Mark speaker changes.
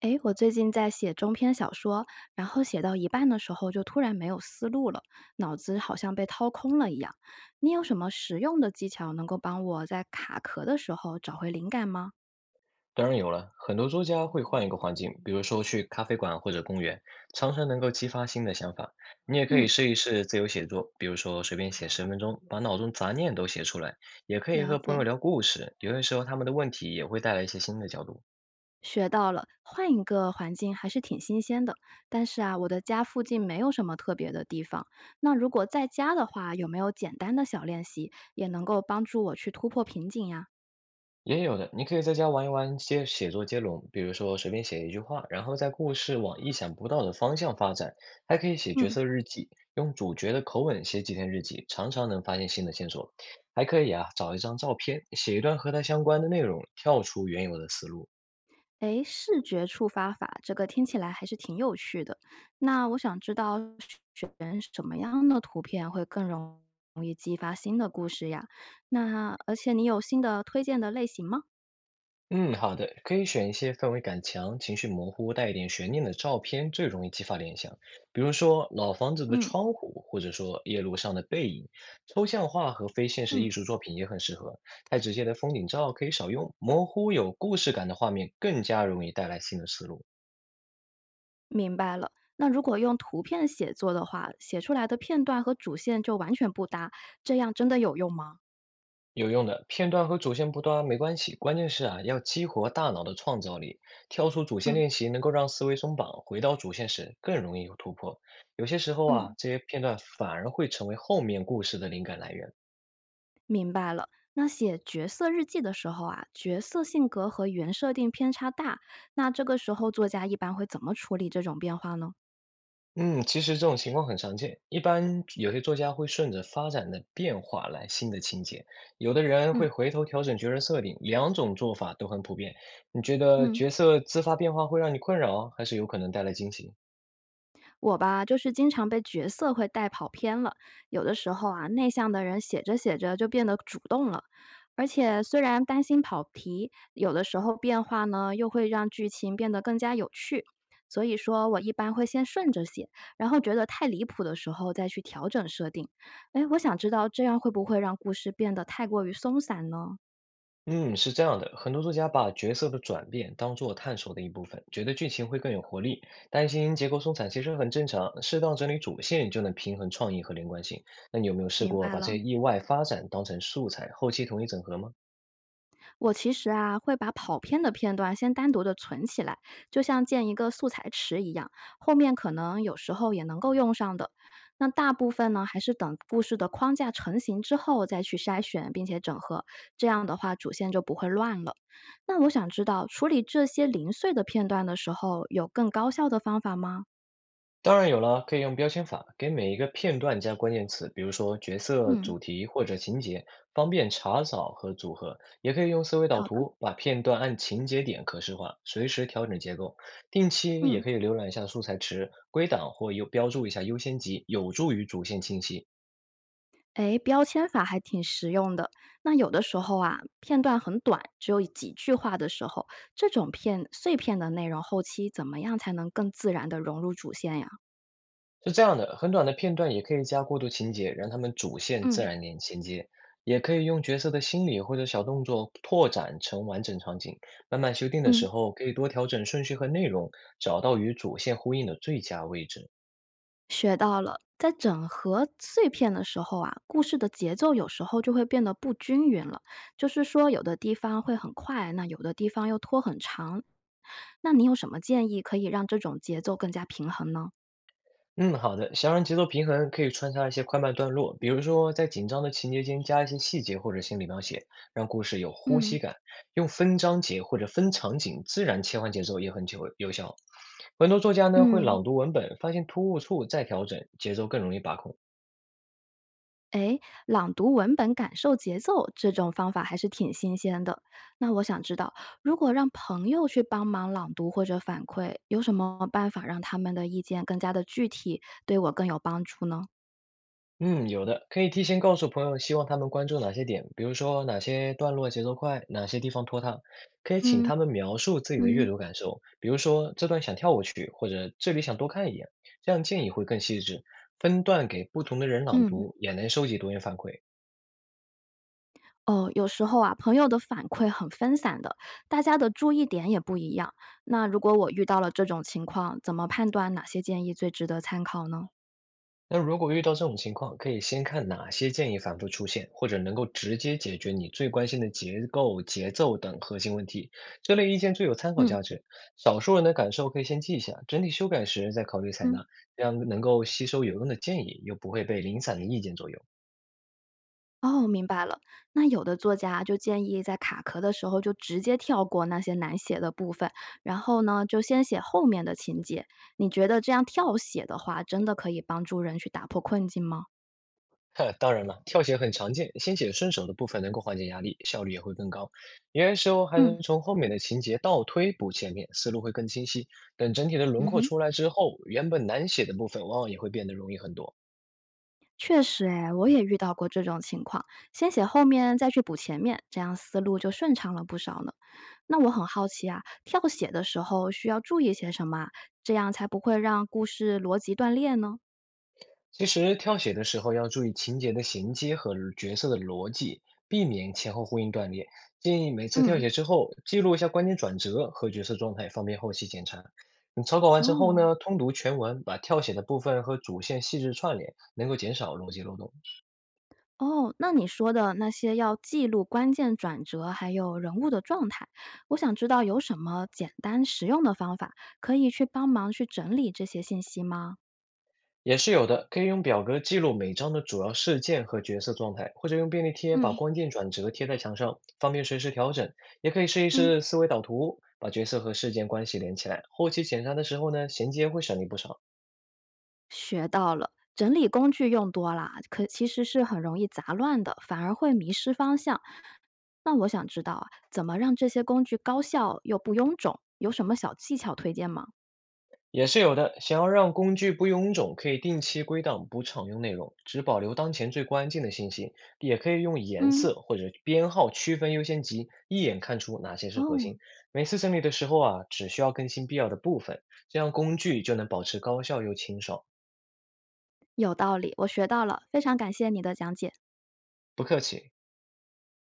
Speaker 1: 诶，我最近在写中篇小说，然后写到一半的时候就突然没有思路了，脑子好像被掏空了一样。你有什么实用的技巧能够帮我在卡壳的时候找回灵感吗？
Speaker 2: 当然有了，很多作家会换一个环境，比如说去咖啡馆或者公园，常常能够激发新的想法。你也可以
Speaker 1: 嗯，
Speaker 2: 试一试自由写作，比如说随便写10分钟，把脑中杂念都写出来。也可以
Speaker 1: 了
Speaker 2: 和朋友
Speaker 1: 解。
Speaker 2: 聊故事，有些时候他们的问题也会带来一些新的角度。
Speaker 1: 学到了，换一个环境还是挺新鲜的。但是啊，我的家附近没有什么特别的地方。那如果在家的话，有没有简单的小练习也能够帮助我去突破瓶颈呀？
Speaker 2: 也有的，你可以在家玩一玩接写作接龙，比如说随便写一句话，然后在故事往意想不到的方向发展。还可以写角
Speaker 1: 嗯。
Speaker 2: 色日记，用主角的口吻写几天日记，常常能发现新的线索。还可以啊，找一张照片，写一段和它相关的内容，跳出原有的思路。
Speaker 1: 诶，视觉触发法，这个听起来还是挺有趣的。那我想知道选什么样的图片会更容易激发新的故事呀？那而且你有新的推荐的类型吗？
Speaker 2: 嗯，好的，可以选一些氛围感强、情绪模糊、带一点悬念的照片，最容易激发联想。比如说老房子的
Speaker 1: 嗯
Speaker 2: 窗户，或者说夜路上的背影。抽象画和非现实艺
Speaker 1: 嗯，
Speaker 2: 术作品也很适合，太直接的风景照可以少用，模糊有故事感的画面更加容易带来新的思路。
Speaker 1: 明白了。那如果用图片写作的话，写出来的片段和主线就完全不搭，这样真的有用吗？
Speaker 2: 有用的，片段和主线不搭没关系，关键是啊，要激活大脑的创造力。跳出主线
Speaker 1: 嗯
Speaker 2: 练习能够让思维松绑，回到主线时更容易有突破。有些时候啊，
Speaker 1: 嗯。
Speaker 2: 这些片段反而会成为后面故事的灵感来源。
Speaker 1: 明白了。那写角色日记的时候啊，角色性格和原设定偏差大，那这个时候作家一般会怎么处理这种变化呢？
Speaker 2: 嗯，其实这种情况很常见，一般有些作家会顺着发展的变化来新的情节，有的人会
Speaker 1: 嗯
Speaker 2: 回头调整角色设定，两种做法都很普遍。你觉得
Speaker 1: 嗯，
Speaker 2: 角色自发变化会让你困扰，还是有可能带来惊喜？
Speaker 1: 我吧，就是经常被角色会带跑偏了。有的时候啊，内向的人写着写着就变得主动了，而且虽然担心跑题，有的时候变化呢又会让剧情变得更加有趣。所以说我一般会先顺着写，然后觉得太离谱的时候再去调整设定。哎，我想知道这样会不会让故事变得太过于松散呢？
Speaker 2: 嗯，是这样的，很多作家把角色的转变当做探索的一部分，觉得剧情会更有活力。担心结构松散其实很正常，适当整理主线就能平衡创意和连贯性。那你有没有试
Speaker 1: 明
Speaker 2: 过
Speaker 1: 白
Speaker 2: 把这些
Speaker 1: 了。
Speaker 2: 意外发展当成素材，后期统一整合吗？
Speaker 1: 我其实啊，会把跑偏的片段先单独的存起来，就像建一个素材池一样，后面可能有时候也能够用上的。那大部分呢，还是等故事的框架成型之后再去筛选并且整合，这样的话主线就不会乱了。那我想知道，处理这些零碎的片段的时候，有更高效的方法吗？
Speaker 2: 当然有了，可以用标签法给每一个片段加关键词，比如说角色、
Speaker 1: 嗯，
Speaker 2: 主题或者情节，方便查找和组合。也可以用思维导
Speaker 1: 好的，
Speaker 2: 图把片段按情节点可视化，随时调整结构。定期也
Speaker 1: 嗯。
Speaker 2: 可以浏览一下素材池，归档或优标注一下优先级，有助于主线清晰。
Speaker 1: 哎，标签法还挺实用的。那有的时候啊，片段很短，只有几句话的时候，这种片碎片的内容，后期怎么样才能更自然的融入主线呀？
Speaker 2: 是这样的，很短的片段也可以加过渡情节，让他们主线自
Speaker 1: 嗯
Speaker 2: 然连衔接，也可以用角色的心理或者小动作拓展成完整场景。慢慢修订的时
Speaker 1: 嗯，
Speaker 2: 候，可以多调整顺序和内容，找到与主线呼应的最佳位置。
Speaker 1: 学到了，在整合碎片的时候啊，故事的节奏有时候就会变得不均匀了。就是说，有的地方会很快，那有的地方又拖很长。那你有什么建议可以让这种节奏更加平衡呢？
Speaker 2: 嗯，好的。想让节奏平衡，可以穿插一些快慢段落，比如说在紧张的情节间加一些细节或者心理描写，让故事有呼
Speaker 1: 嗯。
Speaker 2: 吸感。用分章节或者分场景自然切换节奏也很有效。很多作家呢会
Speaker 1: 嗯，
Speaker 2: 朗读文本，发现突兀处再调整，节奏更容易把控。
Speaker 1: 诶，朗读文本感受节奏这种方法还是挺新鲜的。那我想知道，如果让朋友去帮忙朗读或者反馈，有什么办法让他们的意见更加的具体，对我更有帮助呢？
Speaker 2: 嗯，有的，可以提前告诉朋友，希望他们关注哪些点，比如说哪些段落节奏快，哪些地方拖沓。可以请
Speaker 1: 嗯
Speaker 2: 他们描述自己的阅
Speaker 1: 嗯
Speaker 2: 读感受，比如说这段想跳过去，或者这里想多看一眼，这样建议会更细致。分段给不同的人朗
Speaker 1: 嗯，
Speaker 2: 读，也能收集多元反馈。
Speaker 1: 哦，有时候啊，朋友的反馈很分散的，大家的注意点也不一样。那如果我遇到了这种情况，怎么判断哪些建议最值得参考呢？
Speaker 2: 那如果遇到这种情况，可以先看哪些建议反复出现，或者能够直接解决你最关心的结构、节奏等核心问题。这类意见最有参考
Speaker 1: 嗯。
Speaker 2: 价值，少数人的感受可以先记一下，整体修改时再考虑采
Speaker 1: 嗯。
Speaker 2: 纳，这样能够吸收有用的建议，又不会被零散的意见左右。
Speaker 1: 哦，明白了。那有的作家就建议在卡壳的时候就直接跳过那些难写的部分，然后呢，就先写后面的情节。你觉得这样跳写的话，真的可以帮助人去打破困境吗？
Speaker 2: 呵，当然了，跳写很常见，先写顺手的部分能够缓解压力，效率也会更高。有些时候还
Speaker 1: 嗯
Speaker 2: 能从后面的情节倒推补前面，思路会更清晰。等整体的轮
Speaker 1: 嗯
Speaker 2: 廓
Speaker 1: 哼，
Speaker 2: 出来之后，原本难写的部分往往也会变得容易很多。
Speaker 1: 确实，哎，我也遇到过这种情况，先写后面再去补前面，这样思路就顺畅了不少呢。那我很好奇啊，跳写的时候需要注意些什么啊，这样才不会让故事逻辑断裂呢？
Speaker 2: 其实跳写的时候要注意情节的衔接和角色的逻辑，避免前后呼应断裂。建议每次跳
Speaker 1: 嗯。
Speaker 2: 写之后，记录一下关键转折和角色状态，方便后期检查。你草稿完成后
Speaker 1: 哦，
Speaker 2: 呢，通读全文，把跳写的部分和主线细致串联，能够减少逻辑漏洞。
Speaker 1: 哦，那你说的那些要记录关键转折，还有人物的状态，我想知道有什么简单实用的方法可以去帮忙去整理这些信息吗？
Speaker 2: 也是有的，可以用表格记录每章的主要事件和角色状态，或者用便利贴把
Speaker 1: 嗯
Speaker 2: 关键转折贴在墙上，方便随时调整。也可以试一
Speaker 1: 嗯，
Speaker 2: 试思维导图，把角色和事件关系连起来，后期检查的时候呢，衔接会省力不少。
Speaker 1: 学到了，整理工具用多啦，可其实是很容易杂乱的，反而会迷失方向。那我想知道啊，怎么让这些工具高效又不臃肿？有什么小技巧推荐吗？
Speaker 2: 也是有的。想要让工具不臃肿，可以定期归档不常用内容，只保留当前最关键的信息。也可以用颜
Speaker 1: 嗯，
Speaker 2: 色或者编号区分优先级，一眼看出哪些是核
Speaker 1: 哦，
Speaker 2: 心。每次整理的时候啊，只需要更新必要的部分，这样工具就能保持高效又清爽。
Speaker 1: 有道理，我学到了，非常感谢你的讲解。
Speaker 2: 不客气。